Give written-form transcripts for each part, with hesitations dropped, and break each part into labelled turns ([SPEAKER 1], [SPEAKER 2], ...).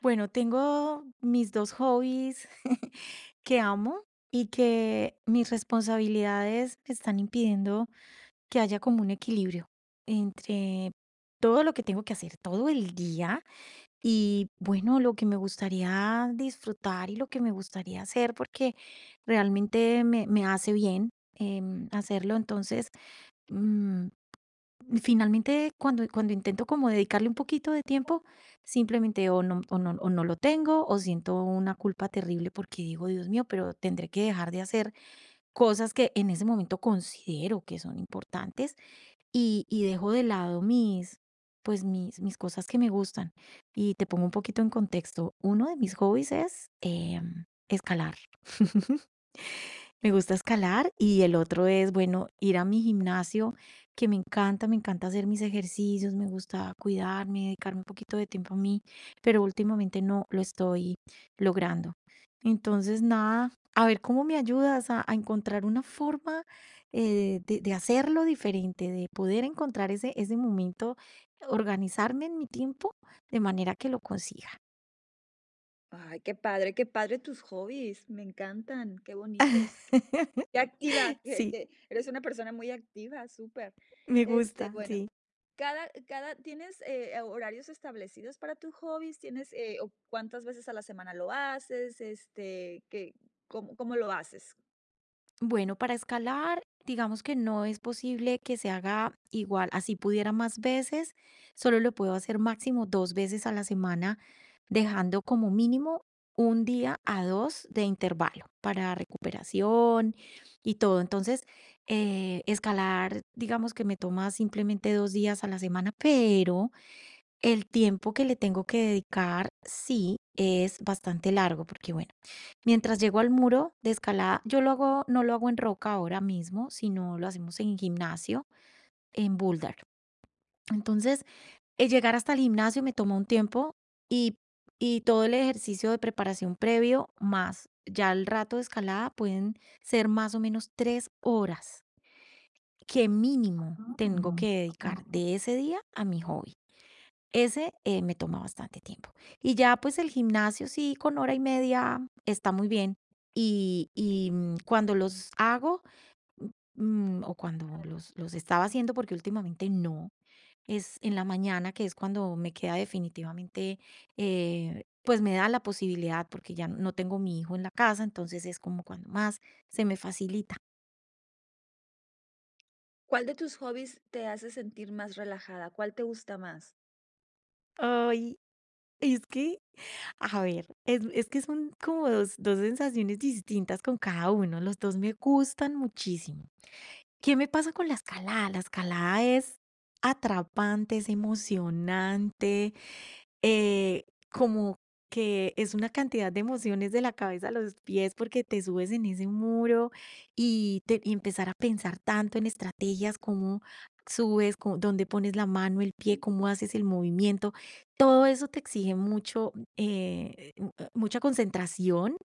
[SPEAKER 1] Bueno, tengo mis 2 hobbies que amo y que mis responsabilidades me están impidiendo que haya como un equilibrio entre todo lo que tengo que hacer todo el día y, bueno, lo que me gustaría disfrutar y lo que me gustaría hacer, porque realmente me hace bien, hacerlo. Entonces, mm finalmente, cuando intento como dedicarle un poquito de tiempo, simplemente o no lo tengo, o siento una culpa terrible porque digo: "Dios mío, pero tendré que dejar de hacer cosas que en ese momento considero que son importantes", y dejo de lado pues, mis cosas que me gustan. Y te pongo un poquito en contexto, uno de mis hobbies es, escalar. Me gusta escalar y el otro es, bueno, ir a mi gimnasio, que me encanta hacer mis ejercicios, me gusta cuidarme, dedicarme un poquito de tiempo a mí, pero últimamente no lo estoy logrando. Entonces, nada, a ver cómo me ayudas a encontrar una forma de hacerlo diferente, de poder encontrar ese momento, organizarme en mi tiempo de manera que lo consiga.
[SPEAKER 2] Ay, qué padre tus hobbies, me encantan, qué bonitos, qué activa, que,
[SPEAKER 1] Sí,
[SPEAKER 2] que eres una persona muy activa, súper.
[SPEAKER 1] me
[SPEAKER 2] Este,
[SPEAKER 1] gusta,
[SPEAKER 2] bueno,
[SPEAKER 1] sí.
[SPEAKER 2] ¿tienes horarios establecidos para tus hobbies? ¿Tienes o cuántas veces a la semana lo haces? Este, que, ¿cómo, cómo lo haces?
[SPEAKER 1] Bueno, para escalar, digamos que no es posible que se haga igual, así pudiera más veces, solo lo puedo hacer máximo 2 veces a la semana, dejando como mínimo un día a dos de intervalo para recuperación y todo. Entonces, escalar, digamos que me toma simplemente 2 días a la semana, pero el tiempo que le tengo que dedicar sí es bastante largo, porque bueno. Mientras llego al muro de escalada, yo lo hago no lo hago en roca ahora mismo, sino lo hacemos en gimnasio, en boulder. Entonces, el llegar hasta el gimnasio me toma un tiempo y y todo el ejercicio de preparación previo, más ya el rato de escalada, pueden ser más o menos 3 horas que mínimo tengo
[SPEAKER 2] Mm,
[SPEAKER 1] que dedicar
[SPEAKER 2] mm.
[SPEAKER 1] de ese día a mi hobby. Ese, me toma bastante tiempo. Y ya, pues, el gimnasio sí, con hora y media está muy bien. Y cuando los hago, o cuando los estaba haciendo, porque últimamente no, es en la mañana, que es cuando me queda definitivamente, pues, me da la posibilidad, porque ya no tengo mi hijo en la casa, entonces es como cuando más se me facilita.
[SPEAKER 2] ¿Cuál de tus hobbies te hace sentir más relajada? ¿Cuál te gusta más?
[SPEAKER 1] Ay, es que. A ver, es que son como dos sensaciones distintas con cada uno, los 2 me gustan muchísimo. ¿Qué me pasa con la escalada? La escalada es atrapante, es emocionante, eh, como que es una cantidad de emociones de la cabeza a los pies porque te subes en ese muro y, te, y empezar a pensar tanto en estrategias, cómo subes, dónde pones la mano, el pie, cómo haces el movimiento. Todo eso te exige mucho, mucha concentración.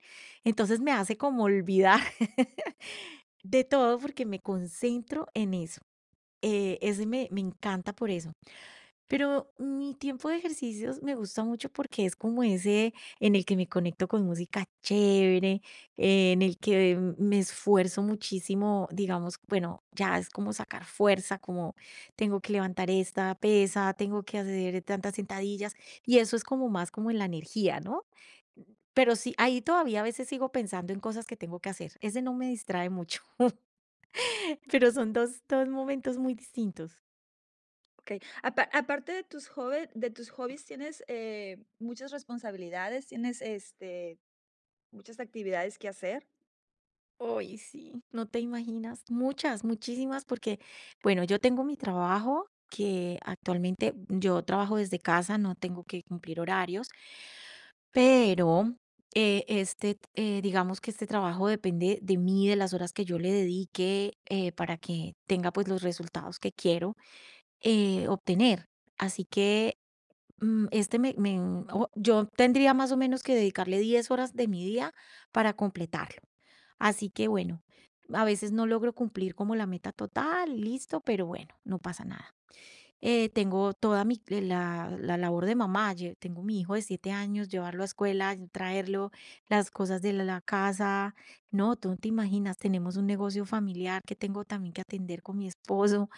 [SPEAKER 1] Entonces me hace como olvidar de todo porque me concentro en eso. Ese me encanta por eso. Pero mi tiempo de ejercicios me gusta mucho porque es como ese en el que me conecto con música chévere, en el que me esfuerzo muchísimo, digamos, bueno, ya es como sacar fuerza, como tengo que levantar esta pesa, tengo que hacer tantas sentadillas, y eso es como más como en la energía, ¿no? Pero sí, ahí todavía a veces sigo pensando en cosas que tengo que hacer. Ese no me distrae mucho, pero son dos, dos momentos muy distintos.
[SPEAKER 2] Okay. Aparte de tus hobbies tienes muchas responsabilidades, tienes este muchas actividades que hacer.
[SPEAKER 1] Uy, sí, no te imaginas, muchas, muchísimas, porque, bueno, yo tengo mi trabajo que actualmente yo trabajo desde casa, no tengo que cumplir horarios, pero digamos que este trabajo depende de mí, de las horas que yo le dedique para que tenga pues los resultados que quiero obtener. Así que Mm, este me me o yo tendría más o menos que dedicarle 10 horas de mi día para completarlo. Así que bueno, a veces no logro cumplir como la meta total, listo, pero bueno, no pasa nada. Tengo toda mi la la labor de mamá, lle tengo mi hijo de 7 años, llevarlo a escuela, traerlo, las cosas de la casa. No, tú no te imaginas, tenemos un negocio familiar que tengo también que atender con mi esposo.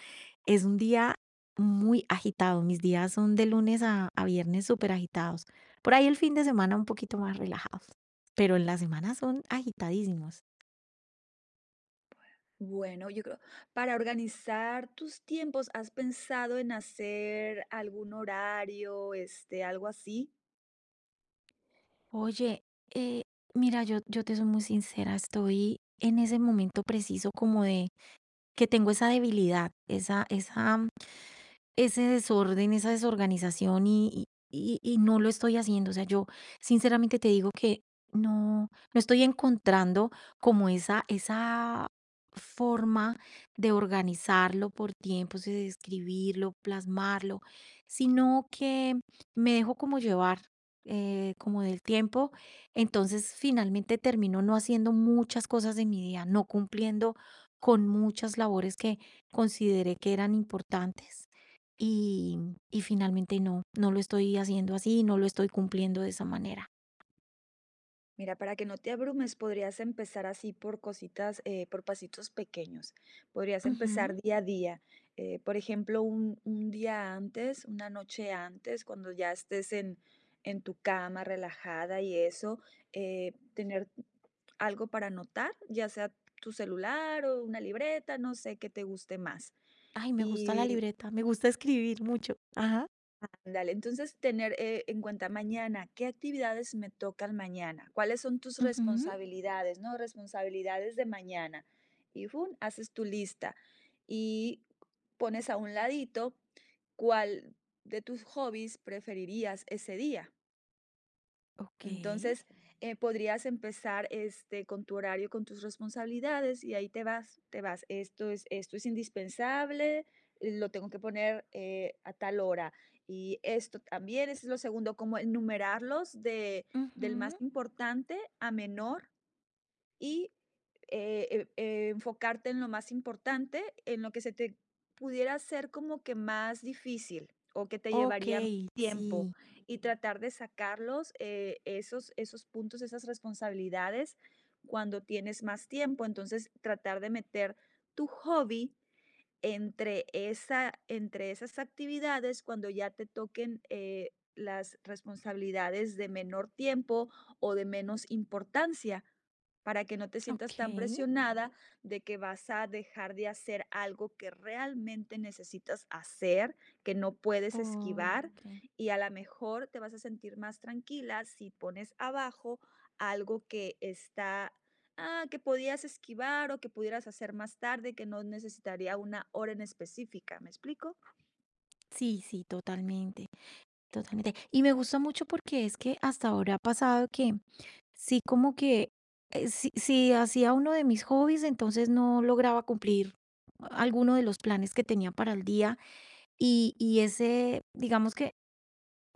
[SPEAKER 1] Es un día muy agitado, mis días son de lunes a viernes superagitados. Por ahí el fin de semana un poquito más relajados, pero en la semana son agitadísimos.
[SPEAKER 2] Bueno, yo creo, para organizar tus tiempos, ¿has pensado en hacer algún horario, este, algo así?
[SPEAKER 1] Oye, eh, mira, yo te soy muy sincera, estoy en ese momento preciso como de que tengo esa debilidad, esa ese desorden, esa desorganización y no lo estoy haciendo. O sea, yo sinceramente te digo que no no estoy encontrando como esa forma de organizarlo por tiempos, de escribirlo, plasmarlo, sino que me dejo como llevar, como del tiempo. Entonces, finalmente termino no haciendo muchas cosas de mi día, no cumpliendo con muchas labores que consideré que eran importantes. Y, y finalmente no, no lo estoy haciendo así, no lo estoy cumpliendo de esa manera.
[SPEAKER 2] Mira, para que no te abrumes, podrías empezar así por cositas, por pasitos pequeños. Podrías empezar
[SPEAKER 1] Ujú.
[SPEAKER 2] día a día. Eh, por ejemplo, un día antes, una noche antes, cuando ya estés en tu cama relajada y eso, tener algo para anotar, ya sea tu celular o una libreta, no sé qué te guste más.
[SPEAKER 1] Ay, me gusta la
[SPEAKER 2] Y
[SPEAKER 1] libreta, me gusta escribir mucho. Ajá.
[SPEAKER 2] ándale, entonces tener en cuenta mañana, ¿qué actividades me tocan mañana? ¿Cuáles son tus
[SPEAKER 1] Ujú.
[SPEAKER 2] responsabilidades, no? Responsabilidades de mañana. Y ¡fum! Haces tu lista y pones a un ladito cuál de tus hobbies preferirías ese día.
[SPEAKER 1] Ok.
[SPEAKER 2] Entonces, podrías empezar este, con tu horario, con tus responsabilidades y ahí te vas, te vas. Esto es indispensable, lo tengo que poner a tal hora. Y esto también, ese es lo segundo, como enumerarlos de, del más
[SPEAKER 1] Ujú.
[SPEAKER 2] importante a menor y enfocarte en lo más importante, en lo que se te pudiera hacer como que más difícil o que te
[SPEAKER 1] Ok,
[SPEAKER 2] llevaría más tiempo
[SPEAKER 1] sí.
[SPEAKER 2] y tratar de sacarlos esos, esos puntos, esas responsabilidades cuando tienes más tiempo. Entonces, tratar de meter tu hobby entre esas actividades, cuando ya te toquen, las responsabilidades de menor tiempo o de menos importancia, para que no te sientas
[SPEAKER 1] Ok,
[SPEAKER 2] tan presionada de que vas a dejar de hacer algo que realmente necesitas hacer, que no puedes esquivar. Mm.
[SPEAKER 1] ok.
[SPEAKER 2] Y a la mejor te vas a sentir más tranquila si pones abajo algo que está ah, que podías esquivar o que pudieras hacer más tarde, que no necesitaría una hora en específica, ¿me explico?
[SPEAKER 1] Sí, sí, totalmente, totalmente. Y me gusta mucho porque es que hasta ahora ha pasado que sí, como que si hacía uno de mis hobbies, entonces no lograba cumplir alguno de los planes que tenía para el día. Y ese, digamos que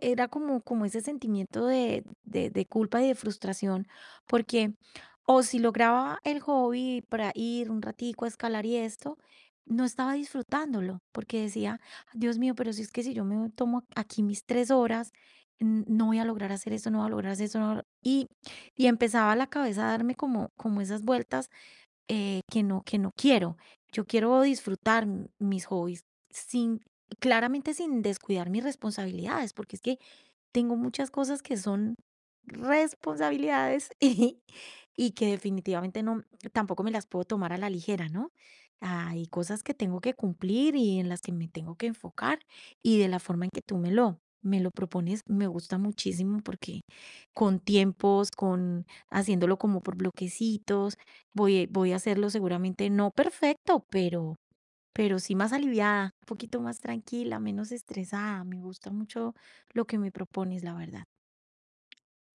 [SPEAKER 1] era como como ese sentimiento de culpa y de frustración, porque, o si lograba el hobby para ir un ratico a escalar y esto, no estaba disfrutándolo, porque decía: "Dios mío, pero si es que si yo me tomo aquí mis 3 horas, n no voy a lograr hacer esto, no voy a lograr hacer eso, no voy a lograr-". Y empezaba la cabeza a darme como esas vueltas que no quiero. Yo quiero disfrutar mis hobbies sin, claramente sin descuidar mis responsabilidades, porque es que tengo muchas cosas que son responsabilidades y que definitivamente no, tampoco me las puedo tomar a la ligera, ¿no? Hay cosas que tengo que cumplir y en las que me tengo que enfocar y de la forma en que tú me lo propones, me gusta muchísimo porque con tiempos, con haciéndolo como por bloquecitos, voy a hacerlo seguramente no perfecto, pero sí más aliviada, un poquito más tranquila, menos estresada. Me gusta mucho lo que me propones, la verdad.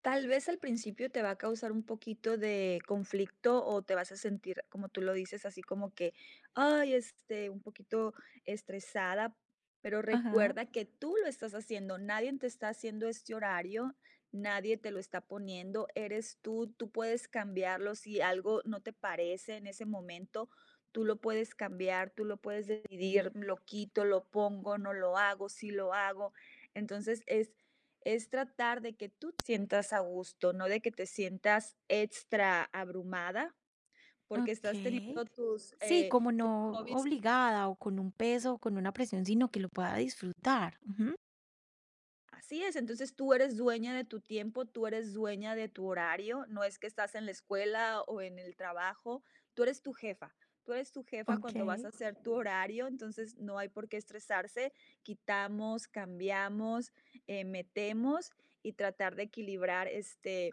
[SPEAKER 2] Tal vez al principio te va a causar un poquito de conflicto o te vas a sentir, como tú lo dices, así como que, ay, este, un poquito estresada, pero
[SPEAKER 1] Ajá.
[SPEAKER 2] recuerda que tú lo estás haciendo, nadie te está haciendo este horario, nadie te lo está poniendo, eres tú, tú puedes cambiarlo si algo no te parece en ese momento. Tú lo puedes cambiar, tú lo puedes decidir, lo quito, lo pongo, no lo hago, sí lo hago. Entonces, es tratar de que tú te sientas a gusto, no de que te sientas extra abrumada, porque estás
[SPEAKER 1] Ok.
[SPEAKER 2] teniendo tus,
[SPEAKER 1] Sí, como
[SPEAKER 2] tus
[SPEAKER 1] no
[SPEAKER 2] hobbies.
[SPEAKER 1] obligada o con un peso o con una presión, sino que lo pueda disfrutar. Ujú.
[SPEAKER 2] Así es, entonces tú eres dueña de tu tiempo, tú eres dueña de tu horario, no es que estás en la escuela o en el trabajo, tú eres tu jefa, tú eres tu jefa
[SPEAKER 1] Ok.
[SPEAKER 2] cuando vas a hacer tu horario, entonces no hay por qué estresarse, quitamos, cambiamos, metemos y tratar de equilibrar este,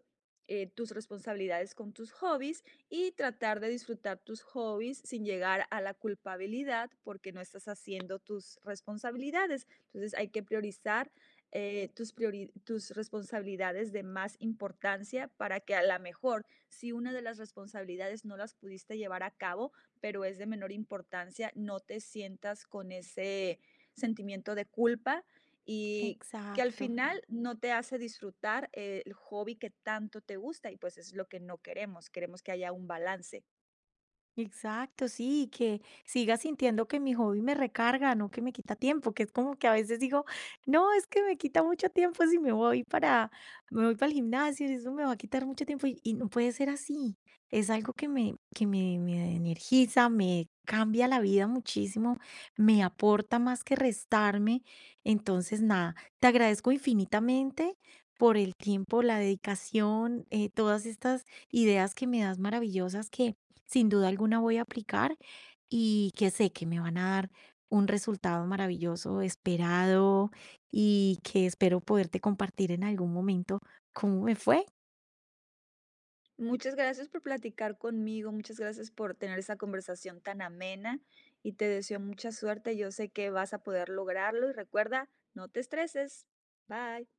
[SPEAKER 2] tus responsabilidades con tus hobbies y tratar de disfrutar tus hobbies sin llegar a la culpabilidad porque no estás haciendo tus responsabilidades. Entonces hay que priorizar tus, tus responsabilidades de más importancia para que a la mejor, si una de las responsabilidades no las pudiste llevar a cabo, pero es de menor importancia, no te sientas con ese sentimiento de culpa y que al
[SPEAKER 1] Exacto.
[SPEAKER 2] final no te hace disfrutar el hobby que tanto te gusta y pues es lo que no queremos, queremos que haya un balance.
[SPEAKER 1] Exacto, sí, que siga sintiendo que mi hobby me recarga, no que me quita tiempo, que es como que a veces digo, no, es que me quita mucho tiempo si me voy para, me voy para el gimnasio, eso me va a quitar mucho tiempo y no puede ser así. Es algo me energiza, me cambia la vida muchísimo, me aporta más que restarme. Entonces, nada, te agradezco infinitamente por el tiempo, la dedicación, todas estas ideas que me das maravillosas que sin duda alguna voy a aplicar y que sé que me van a dar un resultado maravilloso, esperado y que espero poderte compartir en algún momento cómo me fue.
[SPEAKER 2] Muchas gracias por platicar conmigo, muchas gracias por tener esa conversación tan amena y te deseo mucha suerte. Yo sé que vas a poder lograrlo y recuerda, no te estreses. Bye.